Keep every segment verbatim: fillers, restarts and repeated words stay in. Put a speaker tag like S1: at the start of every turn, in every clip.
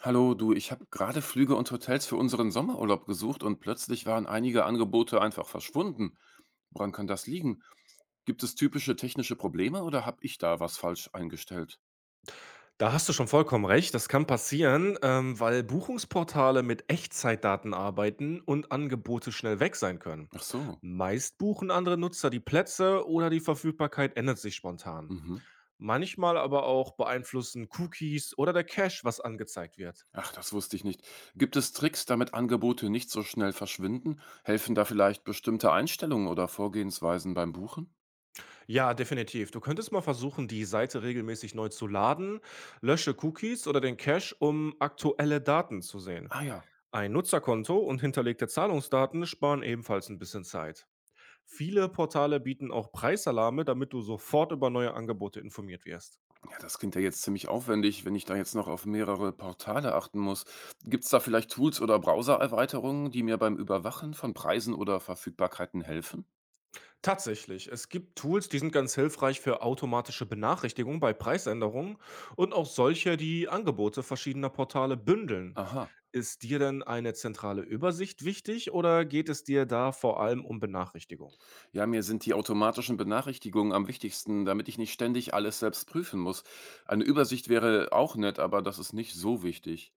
S1: Hallo, du, ich habe gerade Flüge und Hotels für unseren Sommerurlaub gesucht und plötzlich waren einige Angebote einfach verschwunden. Woran kann das liegen? Gibt es typische technische Probleme oder habe ich da was falsch eingestellt?
S2: Da hast du schon vollkommen recht, das kann passieren, ähm, weil Buchungsportale mit Echtzeitdaten arbeiten und Angebote schnell weg sein können.
S1: Ach so.
S2: Meist buchen andere Nutzer die Plätze oder die Verfügbarkeit ändert sich spontan.
S1: Mhm.
S2: Manchmal aber auch beeinflussen Cookies oder der Cache, was angezeigt wird.
S1: Ach, das wusste ich nicht. Gibt es Tricks, damit Angebote nicht so schnell verschwinden? Helfen da vielleicht bestimmte Einstellungen oder Vorgehensweisen beim Buchen?
S2: Ja, definitiv. Du könntest mal versuchen, die Seite regelmäßig neu zu laden, lösche Cookies oder den Cache, um aktuelle Daten zu sehen.
S1: Ah ja.
S2: Ein Nutzerkonto und hinterlegte Zahlungsdaten sparen ebenfalls ein bisschen Zeit. Viele Portale bieten auch Preisalarme, damit du sofort über neue Angebote informiert wirst.
S1: Ja, das klingt ja jetzt ziemlich aufwendig, wenn ich da jetzt noch auf mehrere Portale achten muss. Gibt's da vielleicht Tools oder Browsererweiterungen, die mir beim Überwachen von Preisen oder Verfügbarkeiten helfen?
S2: Tatsächlich, es gibt Tools, die sind ganz hilfreich für automatische Benachrichtigungen bei Preisänderungen und auch solche, die Angebote verschiedener Portale bündeln.
S1: Aha.
S2: Ist dir denn eine zentrale Übersicht wichtig oder geht es dir da vor allem um Benachrichtigung?
S1: Ja, mir sind die automatischen Benachrichtigungen am wichtigsten, damit ich nicht ständig alles selbst prüfen muss. Eine Übersicht wäre auch nett, aber das ist nicht so wichtig.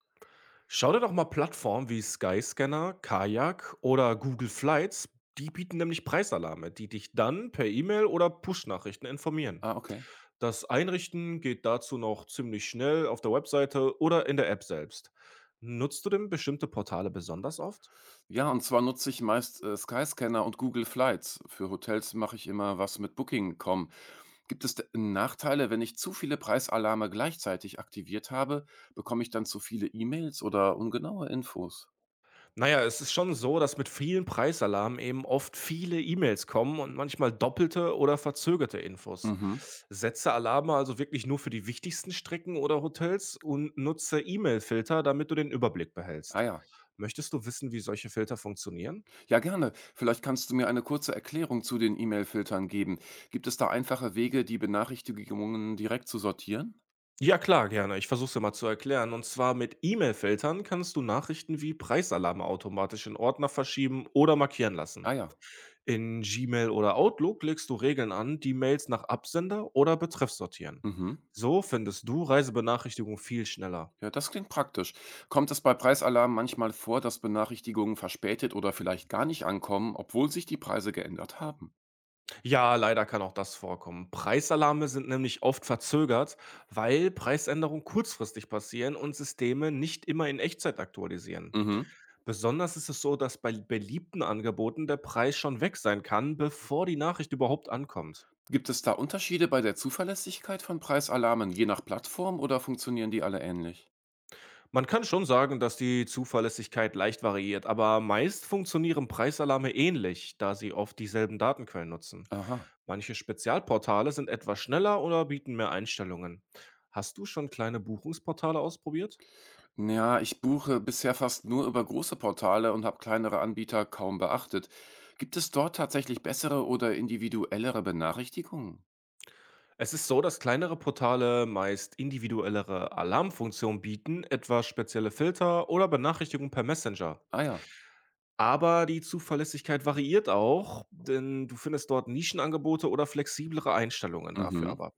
S2: Schau dir doch mal Plattformen wie Skyscanner, Kajak oder Google Flights, die bieten nämlich Preisalarme, die dich dann per E-Mail oder Push-Nachrichten informieren.
S1: Ah, okay.
S2: Das Einrichten geht dazu noch ziemlich schnell auf der Webseite oder in der App selbst. Nutzt du denn bestimmte Portale besonders oft?
S1: Ja, und zwar nutze ich meist, äh, Skyscanner und Google Flights. Für Hotels mache ich immer was mit booking punkt com. Gibt es de- Nachteile, wenn ich zu viele Preisalarme gleichzeitig aktiviert habe? Bekomme ich dann zu viele E-Mails oder ungenaue Infos?
S2: Naja, es ist schon so, dass mit vielen Preisalarmen eben oft viele E-Mails kommen und manchmal doppelte oder verzögerte Infos.
S1: Mhm.
S2: Setze Alarme also wirklich nur für die wichtigsten Strecken oder Hotels und nutze E-Mail-Filter, damit du den Überblick
S1: Ah
S2: behältst.
S1: ja.
S2: Möchtest du wissen, wie solche Filter funktionieren?
S1: Ja, gerne. Vielleicht kannst du mir eine kurze Erklärung zu den E-Mail-Filtern geben. Gibt es da einfache Wege, die Benachrichtigungen direkt zu sortieren?
S2: Ja klar, gerne. Ich versuche es dir mal zu erklären. Und zwar mit E-Mail-Filtern kannst du Nachrichten wie Preisalarme automatisch in Ordner verschieben oder markieren lassen.
S1: Ah ja.
S2: In Gmail oder Outlook legst du Regeln an, die Mails nach Absender oder Betreff sortieren.
S1: Mhm.
S2: So findest du Reisebenachrichtigungen viel schneller.
S1: Ja, das klingt praktisch. Kommt es bei Preisalarm manchmal vor, dass Benachrichtigungen verspätet oder vielleicht gar nicht ankommen, obwohl sich die Preise geändert haben?
S2: Ja, leider kann auch das vorkommen. Preisalarme sind nämlich oft verzögert, weil Preisänderungen kurzfristig passieren und Systeme nicht immer in Echtzeit aktualisieren.
S1: Mhm.
S2: Besonders ist es so, dass bei beliebten Angeboten der Preis schon weg sein kann, bevor die Nachricht überhaupt ankommt.
S1: Gibt es da Unterschiede bei der Zuverlässigkeit von Preisalarmen je nach Plattform oder funktionieren die alle ähnlich?
S2: Man kann schon sagen, dass die Zuverlässigkeit leicht variiert, aber meist funktionieren Preisalarme ähnlich, da sie oft dieselben Datenquellen nutzen.
S1: Aha.
S2: Manche Spezialportale sind etwas schneller oder bieten mehr Einstellungen. Hast du schon kleine Buchungsportale ausprobiert?
S1: Ja, ich buche bisher fast nur über große Portale und habe kleinere Anbieter kaum beachtet. Gibt es dort tatsächlich bessere oder individuellere Benachrichtigungen?
S2: Es ist so, dass kleinere Portale meist individuellere Alarmfunktionen bieten, etwa spezielle Filter oder Benachrichtigungen per Messenger.
S1: Ah ja.
S2: Aber die Zuverlässigkeit variiert auch, denn du findest dort Nischenangebote oder flexiblere Einstellungen dafür
S1: Mhm.
S2: aber.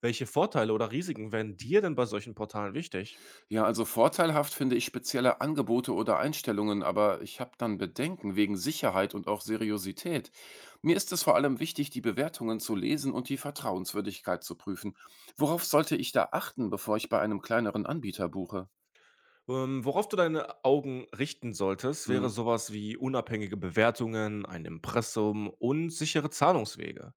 S2: Welche Vorteile oder Risiken wären dir denn bei solchen Portalen wichtig?
S1: Ja, also vorteilhaft finde ich spezielle Angebote oder Einstellungen, aber ich habe dann Bedenken wegen Sicherheit und auch Seriosität. Mir ist es vor allem wichtig, die Bewertungen zu lesen und die Vertrauenswürdigkeit zu prüfen. Worauf sollte ich da achten, bevor ich bei einem kleineren Anbieter buche?
S2: Ähm, worauf du deine Augen richten solltest, wäre
S1: Mhm.
S2: sowas wie unabhängige Bewertungen, ein Impressum und sichere Zahlungswege.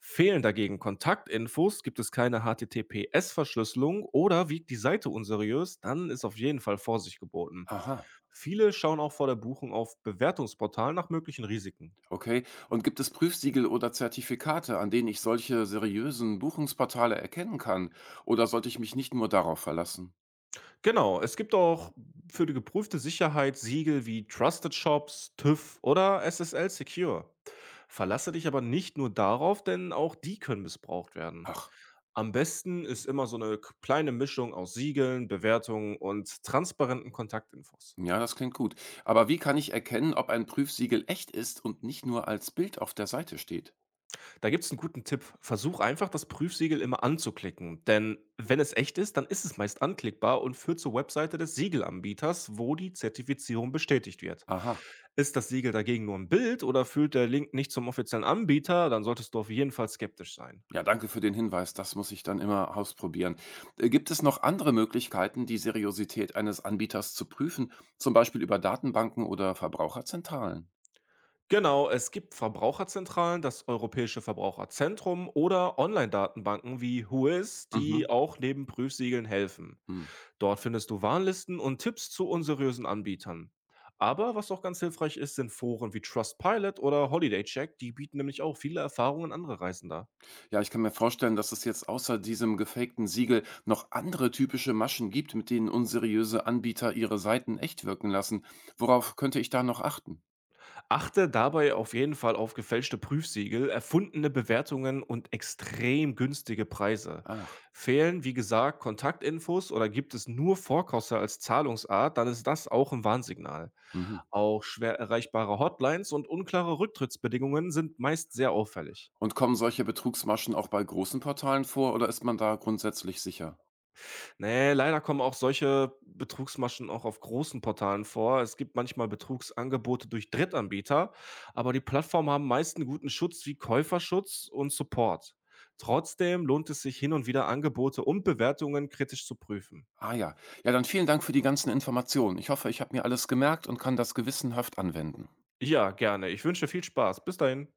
S2: Fehlen dagegen Kontaktinfos, gibt es keine H T T P S-Verschlüsselung oder wiegt die Seite unseriös, dann ist auf jeden Fall Vorsicht geboten.
S1: Aha,
S2: Viele schauen auch vor der Buchung auf Bewertungsportalen nach möglichen Risiken.
S1: okay. Und gibt es Prüfsiegel oder Zertifikate, an denen ich solche seriösen Buchungsportale erkennen kann? Oder sollte ich mich nicht nur darauf verlassen?
S2: Genau, es gibt auch für die geprüfte Sicherheit Siegel wie Trusted Shops, TÜV oder S S L Secure. Verlasse dich aber nicht nur darauf, denn auch die können missbraucht werden.
S1: Ach.
S2: Am besten ist immer so eine k- kleine Mischung aus Siegeln, Bewertungen und transparenten Kontaktinfos.
S1: Ja, das klingt gut. Aber wie kann ich erkennen, ob ein Prüfsiegel echt ist und nicht nur als Bild auf der Seite steht?
S2: Da gibt's einen guten Tipp. Versuch einfach, das Prüfsiegel immer anzuklicken, denn wenn es echt ist, dann ist es meist anklickbar und führt zur Webseite des Siegelanbieters, wo die Zertifizierung bestätigt wird.
S1: Aha.
S2: Ist das Siegel dagegen nur ein Bild oder führt der Link nicht zum offiziellen Anbieter, dann solltest du auf jeden Fall skeptisch sein.
S1: Ja, danke für den Hinweis. Das muss ich dann immer ausprobieren. Äh, Gibt es noch andere Möglichkeiten, die Seriosität eines Anbieters zu prüfen, zum Beispiel über Datenbanken oder Verbraucherzentralen?
S2: Genau, es gibt Verbraucherzentralen, das Europäische Verbraucherzentrum oder Online-Datenbanken wie Whois,
S1: Mhm.
S2: die auch neben Prüfsiegeln helfen.
S1: Hm.
S2: Dort findest du Warnlisten und Tipps zu unseriösen Anbietern. Aber was auch ganz hilfreich ist, sind Foren wie Trustpilot oder Holiday Check, die bieten nämlich auch viele Erfahrungen anderer Reisender.
S1: Ja, ich kann mir vorstellen, dass es jetzt außer diesem gefakten Siegel noch andere typische Maschen gibt, mit denen unseriöse Anbieter ihre Seiten echt wirken lassen. Worauf könnte ich da noch achten?
S2: Achte dabei auf jeden Fall auf gefälschte Prüfsiegel, erfundene Bewertungen und extrem günstige Preise.
S1: Ach.
S2: Fehlen, wie gesagt, Kontaktinfos oder gibt es nur Vorkosse als Zahlungsart, dann ist das auch ein Warnsignal.
S1: Mhm.
S2: Auch schwer erreichbare Hotlines und unklare Rücktrittsbedingungen sind meist sehr auffällig.
S1: Und kommen solche Betrugsmaschen auch bei großen Portalen vor oder ist man da grundsätzlich sicher?
S2: Ne, leider kommen auch solche Betrugsmaschen auch auf großen Portalen vor. Es gibt manchmal Betrugsangebote durch Drittanbieter, aber die Plattformen haben meist einen guten Schutz wie Käuferschutz und Support. Trotzdem lohnt es sich hin und wieder Angebote und Bewertungen kritisch zu prüfen.
S1: Ah ja. Ja, dann vielen Dank für die ganzen Informationen. Ich hoffe, ich habe mir alles gemerkt und kann das gewissenhaft anwenden.
S2: Ja, gerne. Ich wünsche viel Spaß. Bis dahin.